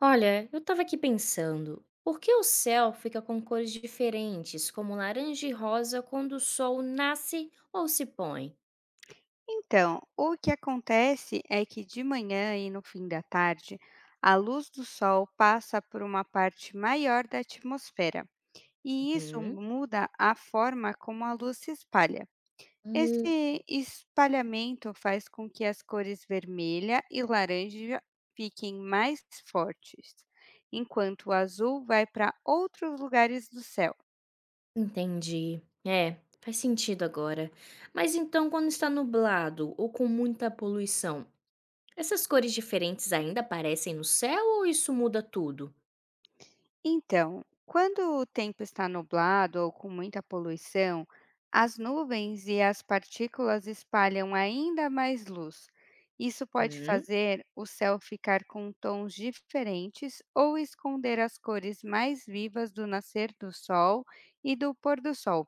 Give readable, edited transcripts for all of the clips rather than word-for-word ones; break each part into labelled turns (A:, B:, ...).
A: Olha, eu estava aqui pensando, por que o céu fica com cores diferentes, como laranja e rosa, quando o sol nasce ou se põe?
B: Então, o que acontece é que de manhã e no fim da tarde, a luz do sol passa por uma parte maior da atmosfera, e isso
A: Uhum.
B: muda a forma como a luz se espalha.
A: Hum.
B: Esse espalhamento faz com que as cores vermelha e laranja fiquem mais fortes, enquanto o azul vai para outros lugares do céu.
A: Entendi. É, faz sentido agora. Mas então, quando está nublado ou com muita poluição, essas cores diferentes ainda aparecem no céu ou isso muda tudo?
B: Então, quando o tempo está nublado ou com muita poluição, as nuvens e as partículas espalham ainda mais luz. Isso pode
A: Hum,
B: fazer o céu ficar com tons diferentes ou esconder as cores mais vivas do nascer do sol e do pôr do sol.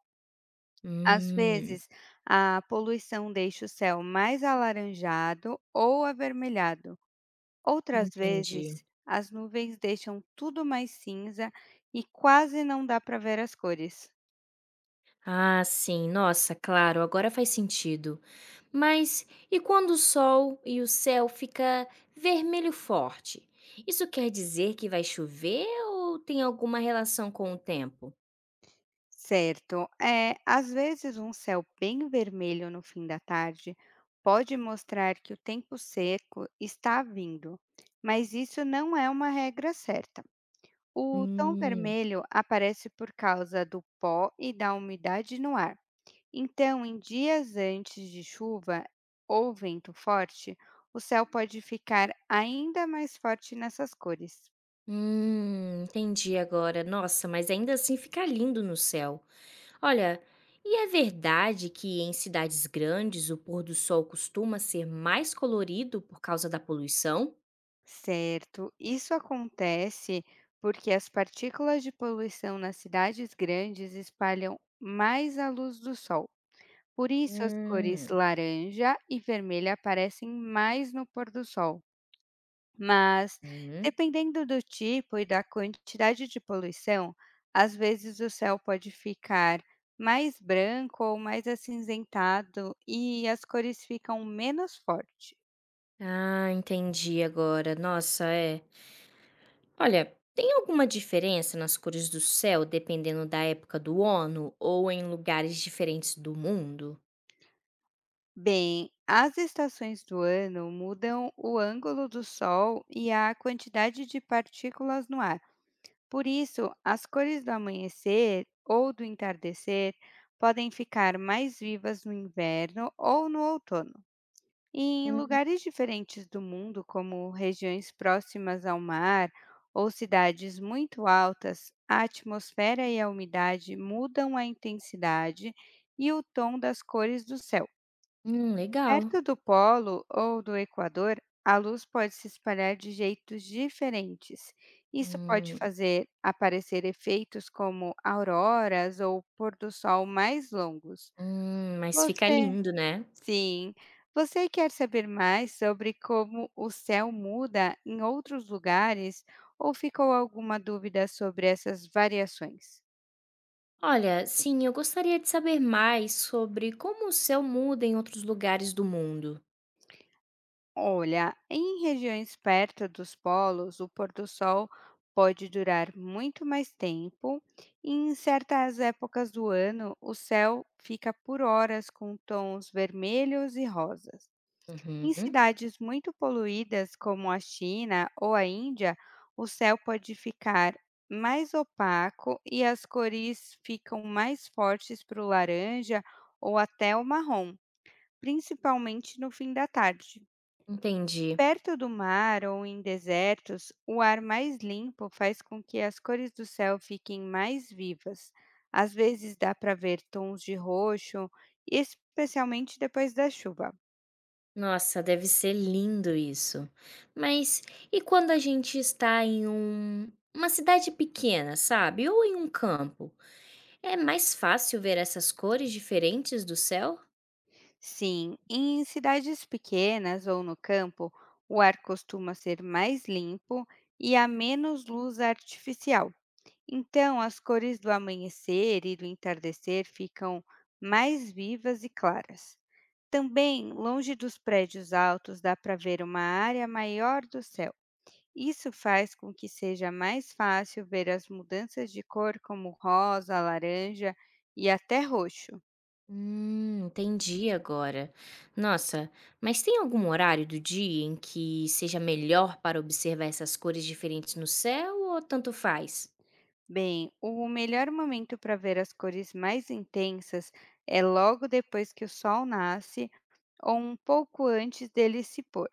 B: Às
A: hum,
B: vezes, a poluição deixa o céu mais alaranjado ou avermelhado. Outras
A: entendi.
B: vezes, as nuvens deixam tudo mais cinza e quase não dá para ver as cores.
A: Ah, sim, nossa, claro, agora faz sentido. Mas e quando o sol e o céu fica vermelho forte? Isso quer dizer que vai chover ou tem alguma relação com o tempo?
B: Certo, é, às vezes um céu bem vermelho no fim da tarde pode mostrar que o tempo seco está vindo, mas isso não é uma regra certa. O tom
A: Hum,
B: vermelho aparece por causa do pó e da umidade no ar. Então, em dias antes de chuva ou vento forte, o céu pode ficar ainda mais forte nessas cores.
A: entendi agora. Nossa, mas ainda assim fica lindo no céu. Olha, e é verdade que em cidades grandes o pôr do sol costuma ser mais colorido por causa da poluição?
B: Certo, isso acontece porque as partículas de poluição nas cidades grandes espalham mais a luz do sol. Por isso, as cores
A: Hum,
B: laranja e vermelha aparecem mais no pôr do sol. Mas,
A: uhum.
B: dependendo do tipo e da quantidade de poluição, às vezes o céu pode ficar mais branco ou mais acinzentado e as cores ficam menos fortes.
A: Ah, entendi agora. Nossa, é. Olha, tem alguma diferença nas cores do céu dependendo da época do ano ou em lugares diferentes do mundo?
B: Bem, as estações do ano mudam o ângulo do sol e a quantidade de partículas no ar. Por isso, as cores do amanhecer ou do entardecer podem ficar mais vivas no inverno ou no outono. E Em
A: Hum,
B: lugares diferentes do mundo, como regiões próximas ao mar ou cidades muito altas, a atmosfera e a umidade mudam a intensidade e o tom das cores do céu. Perto
A: legal.
B: do polo ou do equador, a luz pode se espalhar de jeitos diferentes. Isso pode
A: Hum,
B: fazer aparecer efeitos como auroras ou pôr do sol mais longos.
A: mas fica
B: Você
A: lindo, né?
B: Sim. Você quer saber mais sobre como o céu muda em outros lugares ou ficou alguma dúvida sobre essas variações?
A: Olha, sim, eu gostaria de saber mais sobre como o céu muda em outros lugares do mundo.
B: Olha, em regiões perto dos polos, o pôr do sol pode durar muito mais tempo e em certas épocas do ano o céu fica por horas com tons vermelhos e rosas. Em
A: Uhum,
B: cidades muito poluídas, como a China ou a Índia, o céu pode ficar mais opaco e as cores ficam mais fortes para o laranja ou até o marrom, principalmente no fim da tarde.
A: entendi.
B: Perto do mar ou em desertos, o ar mais limpo faz com que as cores do céu fiquem mais vivas. Às vezes dá para ver tons de roxo, especialmente depois da chuva.
A: Nossa, deve ser lindo isso. Mas e quando a gente está em uma cidade pequena, sabe? Ou em um campo? É mais fácil ver essas cores diferentes do céu?
B: Sim, em cidades pequenas ou no campo, o ar costuma ser mais limpo e há menos luz artificial. Então, as cores do amanhecer e do entardecer ficam mais vivas e claras. Também, longe dos prédios altos, dá para ver uma área maior do céu. Isso faz com que seja mais fácil ver as mudanças de cor, como rosa, laranja e até roxo.
A: Entendi agora. Nossa, mas tem algum horário do dia em que seja melhor para observar essas cores diferentes no céu ou tanto faz?
B: Bem, o melhor momento para ver as cores mais intensas é logo depois que o sol nasce ou um pouco antes dele se pôr.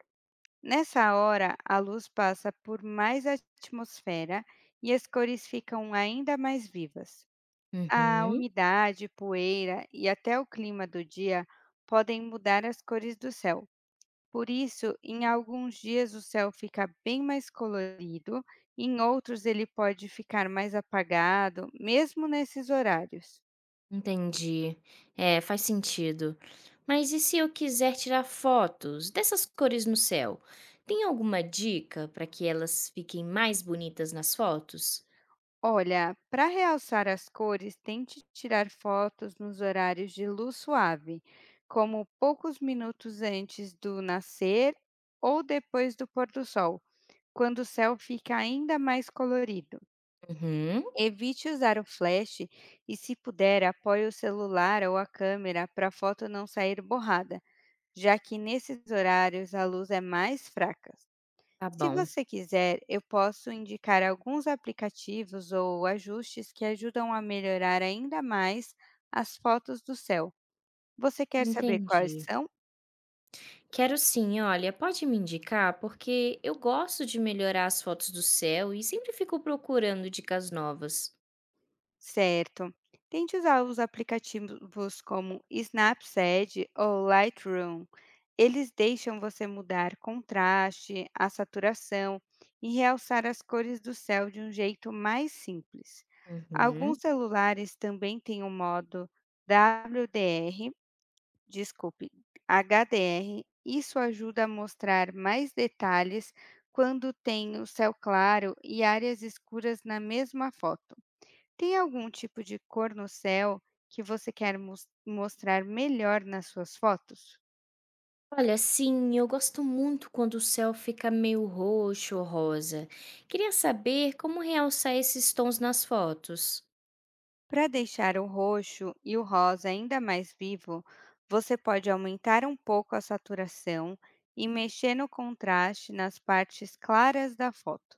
B: Nessa hora, a luz passa por mais atmosfera e as cores ficam ainda mais vivas. A
A: Uhum.
B: umidade, poeira e até o clima do dia podem mudar as cores do céu, por isso, em alguns dias o céu fica bem mais colorido, em outros ele pode ficar mais apagado, mesmo nesses horários.
A: Entendi. É, faz sentido. Mas e se eu quiser tirar fotos dessas cores no céu? Tem alguma dica para que elas fiquem mais bonitas nas fotos?
B: Olha, para realçar as cores, tente tirar fotos nos horários de luz suave, como poucos minutos antes do nascer ou depois do pôr do sol, quando o céu fica ainda mais colorido.
A: Uhum,
B: Evite usar o flash e, se puder, apoie o celular ou a câmera para a foto não sair borrada, já que nesses horários a luz é mais fraca.
A: tá
B: Se
A: bom.
B: você quiser, eu posso indicar alguns aplicativos ou ajustes que ajudam a melhorar ainda mais as fotos do céu. Você quer saber quais
A: Entendi.
B: são?
A: Quero sim, olha, pode me indicar porque eu gosto de melhorar as fotos do céu e sempre fico procurando dicas novas.
B: Certo. Tente usar os aplicativos como Snapseed ou Lightroom. Eles deixam você mudar contraste, a saturação e realçar as cores do céu de um jeito mais simples. Alguns
A: Uhum.
B: celulares também têm o modo WDR, desculpe, HDR. Isso ajuda a mostrar mais detalhes quando tem o céu claro e áreas escuras na mesma foto. Tem algum tipo de cor no céu que você quer mostrar melhor nas suas fotos?
A: Olha, sim, eu gosto muito quando o céu fica meio roxo ou rosa. Queria saber como realçar esses tons nas fotos.
B: Para deixar o roxo e o rosa ainda mais vivo, você pode aumentar um pouco a saturação e mexer no contraste nas partes claras da foto.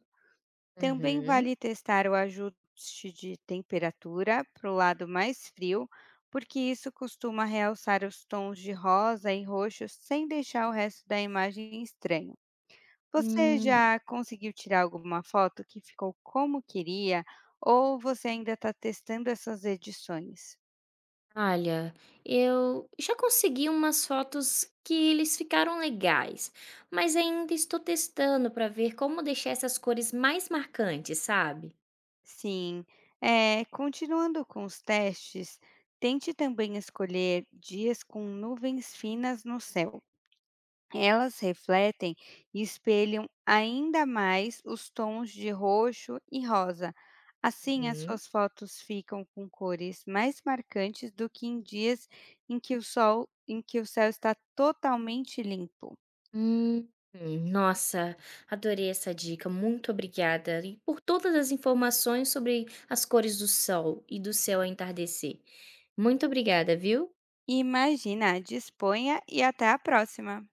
B: Também
A: Uhum.
B: vale testar o ajuste de temperatura para o lado mais frio, porque isso costuma realçar os tons de rosa e roxo sem deixar o resto da imagem estranho. Você
A: Hum,
B: já conseguiu tirar alguma foto que ficou como queria ou você ainda está testando essas edições?
A: Olha, eu já consegui umas fotos que eles ficaram legais, mas ainda estou testando para ver como deixar essas cores mais marcantes, sabe?
B: Sim, continuando com os testes, tente também escolher dias com nuvens finas no céu. Elas refletem e espelham ainda mais os tons de roxo e rosa. Assim, as suas fotos ficam com cores mais marcantes do que em dias em que o céu está totalmente limpo.
A: Hum, Nossa, adorei essa dica. Muito obrigada e por todas as informações sobre as cores do sol e do céu ao entardecer. Muito obrigada, viu?
B: Imagina, disponha e até a próxima.